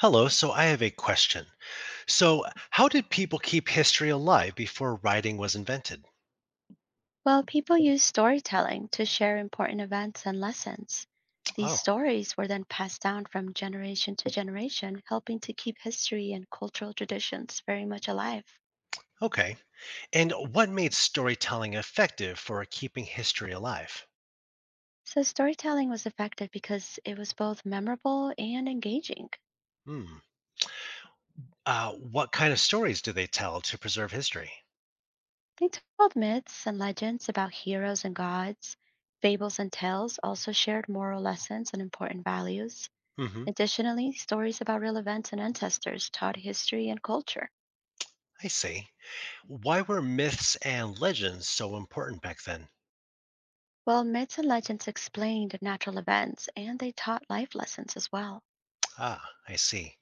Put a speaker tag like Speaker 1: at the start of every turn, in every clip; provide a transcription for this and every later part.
Speaker 1: Hello, so I have a question. So, how did people keep history alive before writing was invented?
Speaker 2: Well, people used storytelling to share important events and lessons. These
Speaker 1: Oh,
Speaker 2: stories were then passed down from generation to generation, helping to keep history and cultural traditions very much alive.
Speaker 1: okay. And what made storytelling effective for keeping history alive?
Speaker 2: So, storytelling was effective because it was both memorable and engaging.
Speaker 1: Hmm. What kind of stories do they tell to preserve history?
Speaker 2: They told myths and legends about heroes and gods. Fables and tales also shared moral lessons and important values.
Speaker 1: Hmm.
Speaker 2: Additionally, stories about real events and ancestors taught history and culture.
Speaker 1: I see. Why were myths and legends so important back then?
Speaker 2: Well, myths and legends explained natural events and they taught life lessons as well.
Speaker 1: Ah, I see.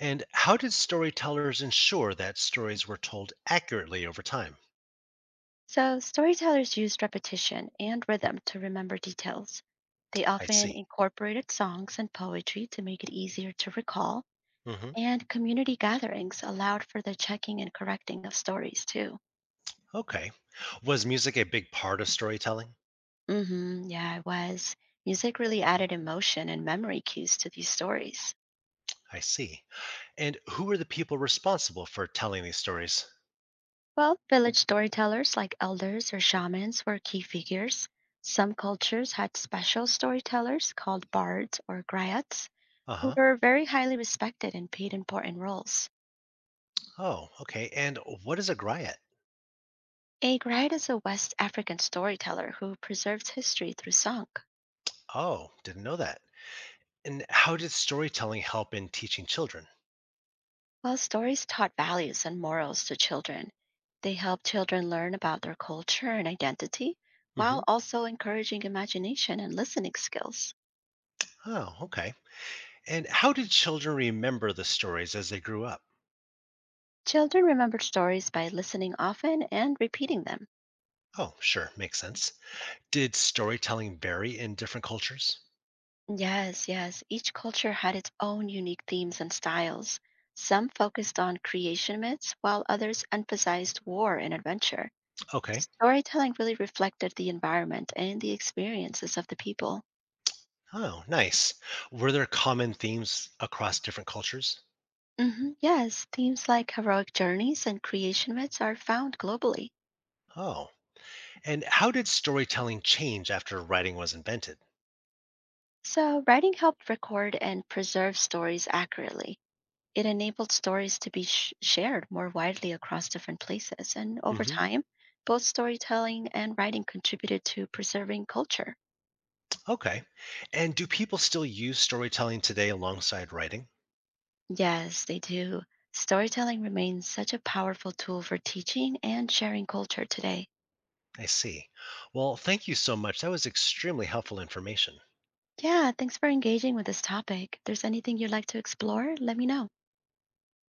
Speaker 1: And how did storytellers ensure that stories were told accurately over time?
Speaker 2: So, storytellers used repetition and rhythm to remember details. They
Speaker 1: I
Speaker 2: often
Speaker 1: see.
Speaker 2: incorporated songs and poetry to make it easier to recall,
Speaker 1: Hmm.
Speaker 2: and community gatherings allowed for the checking and correcting of stories too.
Speaker 1: Okay. Was music a big part of storytelling?
Speaker 2: Mhm, yeah, it was. Music really added emotion and memory cues to these stories.
Speaker 1: I see. And who were the people responsible for telling these stories?
Speaker 2: Well, village storytellers like elders or shamans were key figures. Some cultures had special storytellers called bards or griots,
Speaker 1: Uh
Speaker 2: who
Speaker 1: huh.
Speaker 2: were very highly respected and paid important roles.
Speaker 1: Oh, okay. And what is a griot?
Speaker 2: A griot is a West African storyteller who preserves history through song.
Speaker 1: Oh, didn't know that. And how did storytelling help in teaching children?
Speaker 2: While stories taught values and morals to children, they helped children learn about their culture and identity
Speaker 1: Hmm.
Speaker 2: while also encouraging imagination and listening skills.
Speaker 1: Oh, okay. And how did children remember the stories as they grew up?
Speaker 2: Children remember stories by listening often and repeating them.
Speaker 1: Oh, sure. Makes sense. Did storytelling vary in different cultures?
Speaker 2: Yes, yes. Each culture had its own unique themes and styles. Some focused on creation myths, while others emphasized war and adventure.
Speaker 1: Okay.
Speaker 2: Storytelling really reflected the environment and the experiences of the people.
Speaker 1: Oh, nice. Were there common themes across different cultures?
Speaker 2: Hmm, yes, themes like heroic journeys and creation myths are found globally.
Speaker 1: Oh, and how did storytelling change after writing was invented?
Speaker 2: So, writing helped record and preserve stories accurately. It enabled stories to be shared more widely across different places, and over
Speaker 1: Hmm.
Speaker 2: time, both storytelling and writing contributed to preserving culture.
Speaker 1: Okay. And do people still use storytelling today alongside writing?
Speaker 2: Yes, they do. Storytelling remains such a powerful tool for teaching and sharing culture today.
Speaker 1: I see. Well, thank you so much. That was extremely helpful information.
Speaker 2: Yeah, thanks for engaging with this topic. If there's anything you'd like to explore, let me know.